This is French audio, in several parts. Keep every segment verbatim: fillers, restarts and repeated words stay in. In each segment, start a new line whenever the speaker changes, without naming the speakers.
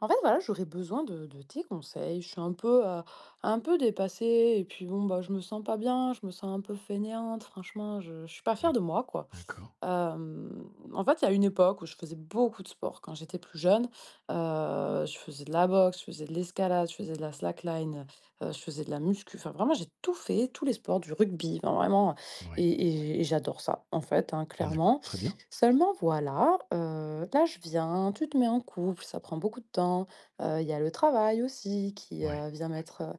En fait, voilà, j'aurais besoin de, de tes conseils. Je suis un peu, euh, un peu dépassée. Et puis bon, bah, je me sens pas bien. Je me sens un peu fainéante. Franchement, je, je suis pas fière
D'ac
de moi, quoi.
d'accord.
Hem, en fait, il y a une époque où je faisais beaucoup de sport quand j'étais plus jeune. Heu, je faisais de la boxe, je faisais de l'escalade, je faisais de la slackline, heu, je faisais de la muscu. Enfin, vraiment, j'ai tout fait, tous les sports, du rugby, enfin, vraiment
Oui.
et et et j'adore ça, en fait, hein, clairement.
D'accord. Très bien.
Seulement, voilà, heu, là, je viens, tu te mets en couple, ça prend beaucoup de temps. Heu, il y a le travail aussi qui,
Oui.
heu, vient mettre, heu,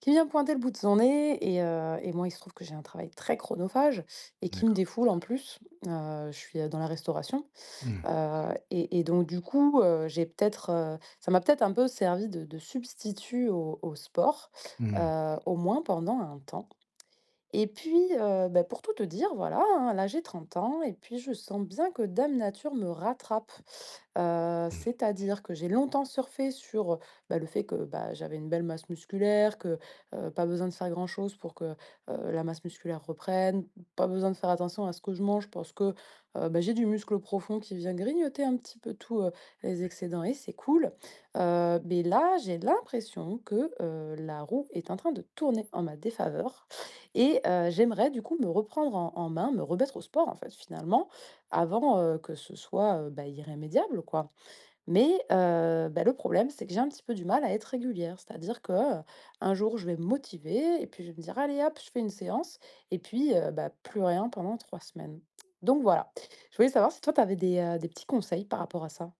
qui vient pointer le bout de son nez, et heu et moi, il se trouve que j'ai un travail très chronophage et qui me
D'accord.
défoule en plus. Heu, je suis, heu, dans la restauration,
Mmh.
heu et et donc du coup, heu, j'ai peut-être, heu, ça m'a peut-être un peu servi de de substitut au au sport,
Mmh.
heu, au moins pendant un temps. Et puis, heu, bah, pour tout te dire, voilà, hein, là, j'ai 30 ans et puis je sens bien que dame nature me rattrape. Heu,
Mmh.
c'est-à-dire que j'ai longtemps surfé sur, bah, le fait que, bah, j'avais une belle masse musculaire, que, heu, pas besoin de faire grand-chose pour que, heu, la masse musculaire reprenne, pas besoin de faire attention à ce que je mange parce que, heu, bah, j'ai du muscle profond qui vient grignoter un petit peu tous heu, les
Oui.
excédents et c'est cool. Heu, mais là, j'ai l'impression que, heu, la roue est en train de tourner en ma défaveur. Et heu, j'aimerais du coup me reprendre en en main, me remettre au sport en fait finalement, avant, heu, que ce soit, heu, bah, irrémédiable quoi. Mais heu, bah, le problème c'est que j'ai un petit peu du mal à être régulière. C'est-à-dire que, heu, un jour je vais me motiver et puis je vais me dire: «Allez hop, je fais une séance» et puis, heu, bah, plus rien pendant trois semaines. Donc voilà. Je voulais savoir si toi tu avais des, heu, des petits conseils par rapport à ça?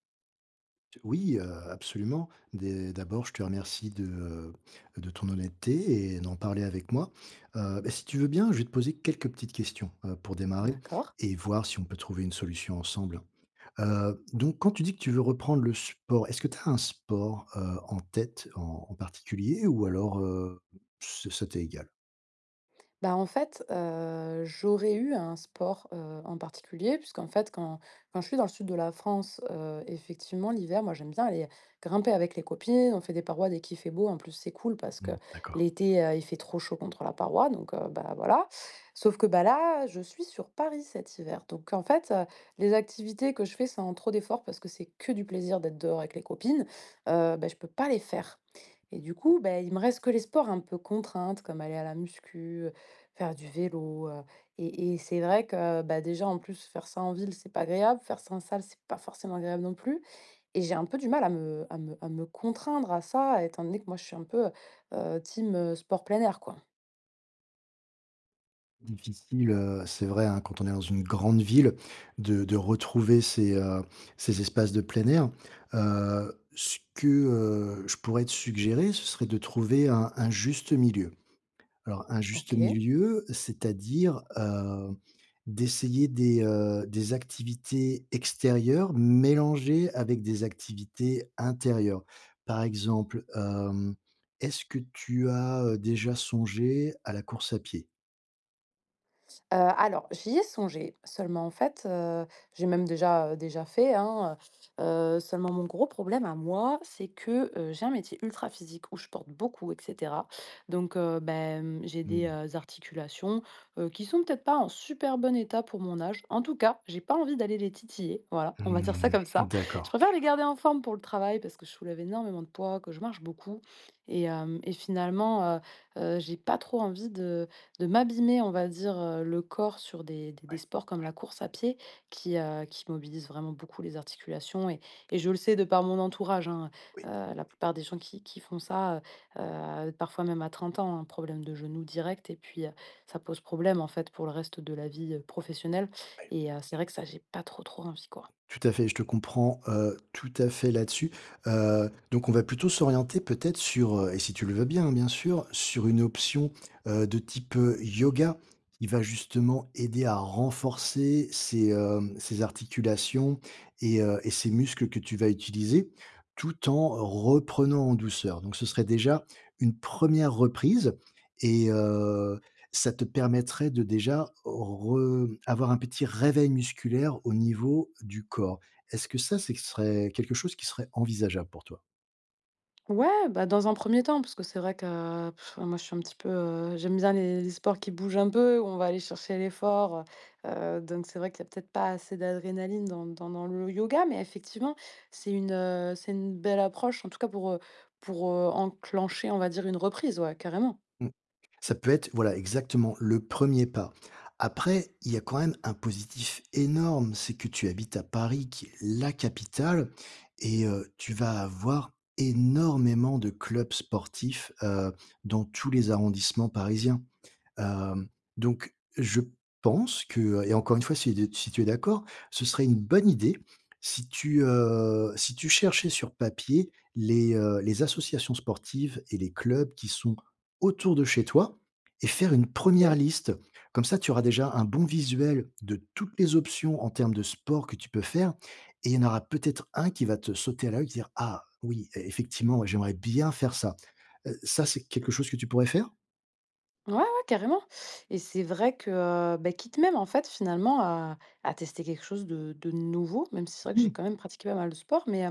Oui, heu, absolument. Dé d'abord, je te remercie de, heu, de ton honnêteté et d'en parler avec moi. Heu, bah, si tu veux bien, je vais te poser quelques petites questions, heu, pour démarrer
D'accord.
et voir si on peut trouver une solution ensemble. Heu, donc quand tu dis que tu veux reprendre le sport, est-ce que tu as un sport, heu, en tête en en particulier ou alors, heu, ce ça t'est égal?
Bah, en fait, heu, j'aurais eu un sport, heu, en particulier puisqu'en fait quand quand je suis dans le sud de la France, heu, effectivement l'hiver, moi j'aime bien aller grimper avec les copines. On fait des parois dès qu'il fait beau. En plus, c'est cool parce que
Mmh. D'accord.
l'été, heu, il fait trop chaud contre la paroi donc heu, bah, voilà. Sauf que, bah, là, je suis sur Paris cet hiver donc en fait, heu, les activités que je fais sans trop d'efforts parce que c'est que du plaisir d'être dehors avec les copines, heu, bah, je peux pas les faire et du coup, bah, il me reste que les sports un peu contraintes comme aller à la muscu, faire du vélo, heu et et c'est vrai que, bah, déjà, en plus, faire ça en ville, c'est pas agréable. Faire ça en salle, c'est pas forcément agréable non plus et j'ai un peu du mal à me à me à me contraindre à ça, étant donné que moi, je suis un peu, heu team, heu, sport plein air, quoi.
Difficile, heu, c'est vrai, hein, quand on est dans une grande ville de de retrouver ces, heu, ces espaces de plein air. Heu, ce que, heu, je pourrais te suggérer, ce serait de trouver un un juste milieu. Alors un juste
OK.
milieu, c'est-à-dire, heu, d'essayer des, heu, des activités extérieures mélangées avec des activités intérieures. Par exemple, hem, est-ce que tu as, heu, déjà songé à la course à pied?
Heu, alors j'y ai songé, seulement en fait, heu, j'ai même déjà, heu, déjà fait, hein, heu, seulement mon gros problème à moi, c'est que, heu, j'ai un métier ultra physique où je porte beaucoup et cetera. Donc, heu, beh, mmh, j'ai des,
Hmm.
heu, articulations, heu, qui sont peut-être pas en super bon état pour mon âge. En tout cas, j'ai pas envie d'aller les titiller, voilà, on va dire ça
Mmh.
comme ça. Je
D'accord.
préfère les garder en forme pour le travail parce que je soulève énormément de poids, que je marche beaucoup et hem et finalement, heu, heu, j'ai pas trop envie de de m'abîmer, on va dire, heu, le corps sur des des des
Ouais,
sports comme la course à pied qui, heu, qui mobilisent vraiment beaucoup les articulations et et je le sais de par mon entourage, hein,
oui,
heu, la plupart des gens qui qui font ça, heu heu, parfois même à trente ans, un problème de genou direct et puis, heu, ça pose problème, en fait, pour le reste de la vie, heu, professionnelle et heu, c'est vrai que ça, j'ai pas trop, trop envie, quoi.
tout à fait, je te comprends, heu, tout à fait là-dessus, heu, donc on va plutôt s'orienter peut-être sur, heu et si tu le veux bien, hein, bien sûr, sur une option, heu, de type, heu, yoga qui va justement aider à renforcer ces hem, ses articulations et heu et ses muscles que tu vas utiliser, tout en reprenant en douceur. Donc ce serait déjà une première reprise et ça te permettrait de déjà re avoir un petit réveil musculaire au niveau du corps. Est-ce que ça, c'est serait quelque chose qui serait envisageable pour toi?
Ouais, bah, dans un premier temps, parce que c'est vrai que pff, moi je suis un petit peu, heu, j'aime bien les les sports qui bougent un peu, où on va aller chercher l'effort, heu donc c'est vrai qu'il y a peut-être pas assez d'adrénaline dans dans dans le yoga, mais effectivement, c'est une, heu, c'est une belle approche, en tout cas pour, heu, pour, heu, enclencher, on va dire, une reprise, ouais, carrément.
Mmh. Ça peut être, voilà, exactement le premier pas. Après, il y a quand même un positif énorme, c'est que tu habites à Paris, qui est la capitale et heu, tu vas avoir énormément de clubs sportifs, heu, dans tous les arrondissements parisiens. Hem, donc je pense que, et encore une fois, si si tu es d'accord, ce serait une bonne idée si tu, heu, si tu cherchais sur papier les, heu, les associations sportives et les clubs qui sont autour de chez toi et faire une première
OK.
liste. Comme ça, tu auras déjà un bon visuel de toutes les options en termes de sport que tu peux faire et il y en aura peut-être un qui va te sauter à l'œil, et dire: «Ah oui, e effectivement, ouais, j'aimerais bien faire ça». Heu, ça, c'est quelque chose que tu pourrais faire?
Ouais, ouais, carrément et c'est vrai que, heu, bah, quitte même, en fait, finalement à à tester quelque chose de de nouveau, même si c'est vrai que j'ai
Mmh,
quand même pratiqué pas mal de sport, mais,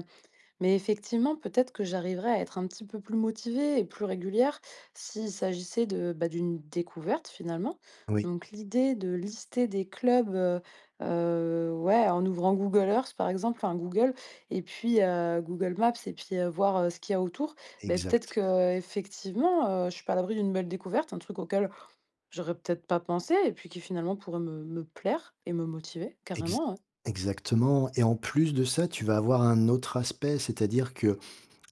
Mais effectivement, peut-être que j'arriverais à être un petit peu plus motivée et plus régulière s'il s'agissait de, bah, d'une découverte finalement.
oui.
Donc l'idée de lister des clubs euh, euh, ouais, en ouvrant Google Earth par exemple, enfin Google, et puis euh, Google Maps, et puis euh, voir euh, ce qu'il y a autour, ben, peut-être
Exact.
que euh, effectivement, euh, je suis pas à l'abri d'une belle découverte, un truc auquel j'aurais peut-être pas pensé, et puis qui finalement pourrait me, me plaire et me motiver
Ex
carrément, hein.
exactement et en plus de ça, tu vas avoir un autre aspect, c'est-à-dire que,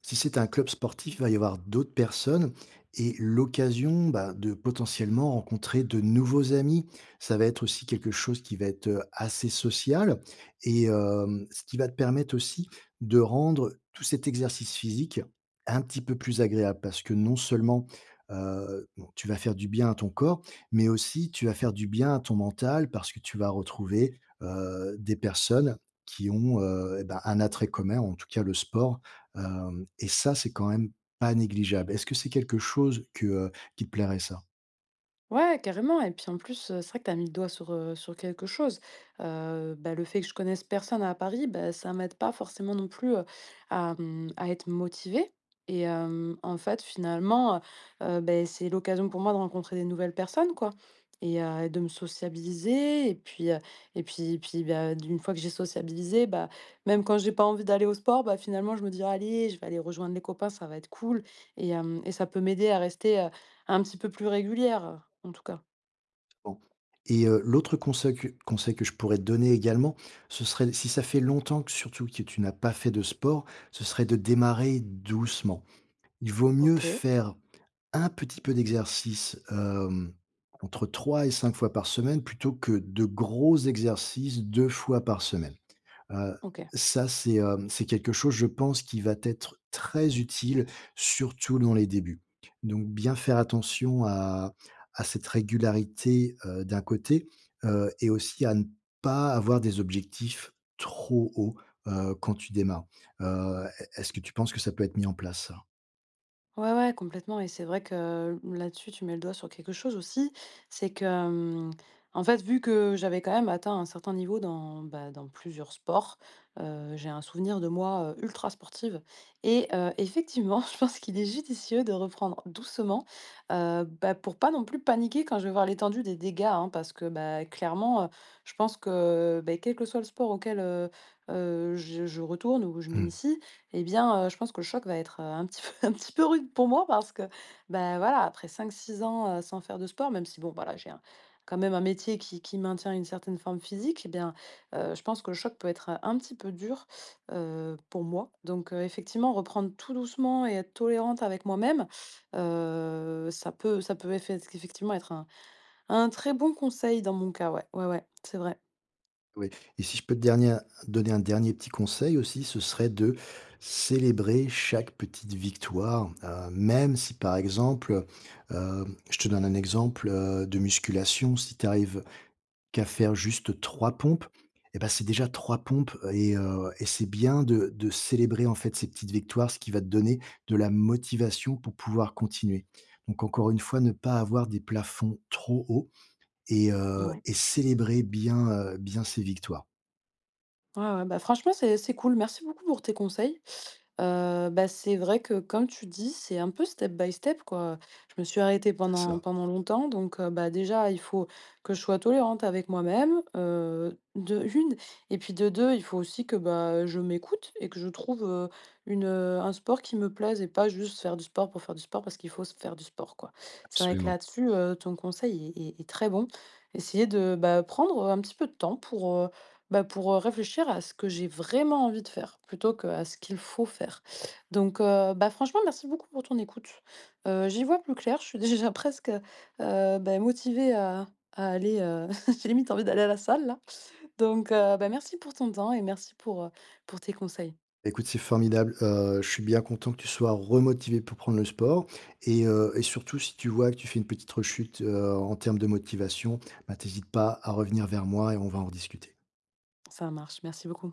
si c'est un club sportif, il va y avoir d'autres personnes et l'occasion, bah, de potentiellement rencontrer de nouveaux amis. Ça va être aussi quelque chose qui va être euh, assez social et euh, ce qui va te permettre aussi de rendre tout cet exercice physique un petit peu plus agréable, parce que non seulement euh, bon, tu vas faire du bien à ton corps, mais aussi tu vas faire du bien à ton mental parce que tu vas retrouver euh, des personnes qui ont, euh, eh ben, un attrait commun, en tout cas le sport. Hem et ça, c'est quand même pas négligeable. Est-ce que c'est quelque chose que, heu, qui te plairait ça?
Ouais, carrément et puis en plus, heu, c'est vrai que tu as mis le doigt sur, heu, sur quelque chose. Heu, bah, le fait que je connaisse personne à Paris, bah, ça m'aide pas forcément non plus, heu, à, mmh, à être motivée et hem, en fait, finalement, heu heu, c'est l'occasion pour moi de rencontrer des nouvelles personnes, quoi et heu, de me sociabiliser et puis, heu et puis et puis, bah, d'une fois que j'ai sociabilisé, bah, même quand j'ai pas envie d'aller au sport, bah, finalement, je me dis: «Allez, je vais aller rejoindre les copains, ça va être cool» et hem et ça peut m'aider à rester, un petit peu plus régulière, en tout cas?
Bon. Et heu, l'autre conseil que conseil que je pourrais te donner également, ce serait, si ça fait longtemps que surtout que tu n'as pas fait de sport, ce serait de démarrer doucement. Il vaut mieux
OK,
faire un petit peu d'exercice, hem, entre trois et cinq fois par semaine plutôt que de gros exercices deux fois par semaine. Heu,
OK.
Ça, c'est, hem, c'est quelque chose, je pense, qui va être très utile, surtout dans les débuts. Donc bien faire attention à à cette régularité, heu, d'un côté, heu, et aussi à ne pas avoir des objectifs trop hauts, heu, quand tu démarres. Heu, est ce que tu penses que ça peut être mis en place ça?
Ouais, ouais, complètement et c'est vrai que là-dessus, tu mets le doigt sur quelque chose aussi, c'est que, hem, en fait, vu que j'avais quand même atteint un certain niveau dans, bah, dans plusieurs sports, heu, j'ai un souvenir de moi, heu, ultra sportive et heu, effectivement, je pense qu'il est judicieux de reprendre doucement, heu, bah, pour pas non plus paniquer quand je vais voir l'étendue des dégâts, hein, parce que, bah, clairement, heu, je pense que, beh, quel que soit le sport auquel, heu heu, je je retourne ou je
Mmh.
m'initie, eh bien, heu, je pense que le choc va être, heu, un petit peu un petit peu rude pour moi parce que, bah, voilà, après cinq six ans, heu, sans faire de sport, même si bon, voilà, j'ai un quand même un métier qui qui maintient une certaine forme physique. Eh bien, heu, je pense que le choc peut être, heu, un petit peu dur, heu, pour moi. Donc, heu, effectivement, reprendre tout doucement et être tolérante avec moi-même, heu, ça peut ça peut effec effectivement être un un très bon conseil dans mon cas, ouais. Ouais, ouais, c'est vrai.
Oui, et si je peux te dernier donner un dernier petit conseil aussi, ce serait de célébrer chaque petite victoire, heu, même si par exemple, heu, je te donne un exemple, heu, de musculation, si tu arrives qu'à faire juste trois pompes, et ben c'est déjà trois pompes, et heu et c'est bien de de célébrer en fait ces petites victoires, ce qui va te donner de la motivation pour pouvoir continuer. Donc encore une fois, ne pas avoir des plafonds trop hauts et heu
Ouais.
et célébrer bien, heu, bien ces victoires.
Ouais, ouais, bah, franchement, c'est c'est cool. Merci beaucoup pour tes conseils. Heu, bah, c'est vrai que comme tu dis, c'est un peu step by step, quoi. Je me suis arrêtée
C'est
pendant
ça,
pendant longtemps donc heu, bah, déjà, il faut que je sois tolérante avec moi-même, heu, de une et puis de deux il faut aussi que, bah, je m'écoute et que je trouve, heu, une, heu, un sport qui me plaise et pas juste faire du sport pour faire du sport parce qu'il faut s faire du sport, quoi. C'est vrai que
absolument.
là-dessus, heu, ton conseil est est est très bon. Essayer de, bah, prendre, un petit peu de temps pour, bah, pour, heu, réfléchir à ce que j'ai vraiment envie de faire, plutôt qu'à ce qu'il faut faire. Donc, heu, bah, franchement, merci beaucoup pour ton écoute. Heu, j'y vois plus clair, je suis déjà presque, heu, bah, motivée à à aller, heu, j'ai limite envie d'aller à la salle là. Donc, heu, bah, merci pour ton temps et merci pour, heu, pour tes conseils.
Écoute, c'est formidable. Heu, je suis bien content que tu sois remotivé pour prendre le sport et heu et surtout, si tu vois que tu fais une petite rechute, heu, en termes de motivation, bah, tu pas à revenir vers moi et on va en discuter.
Ça marche, merci beaucoup.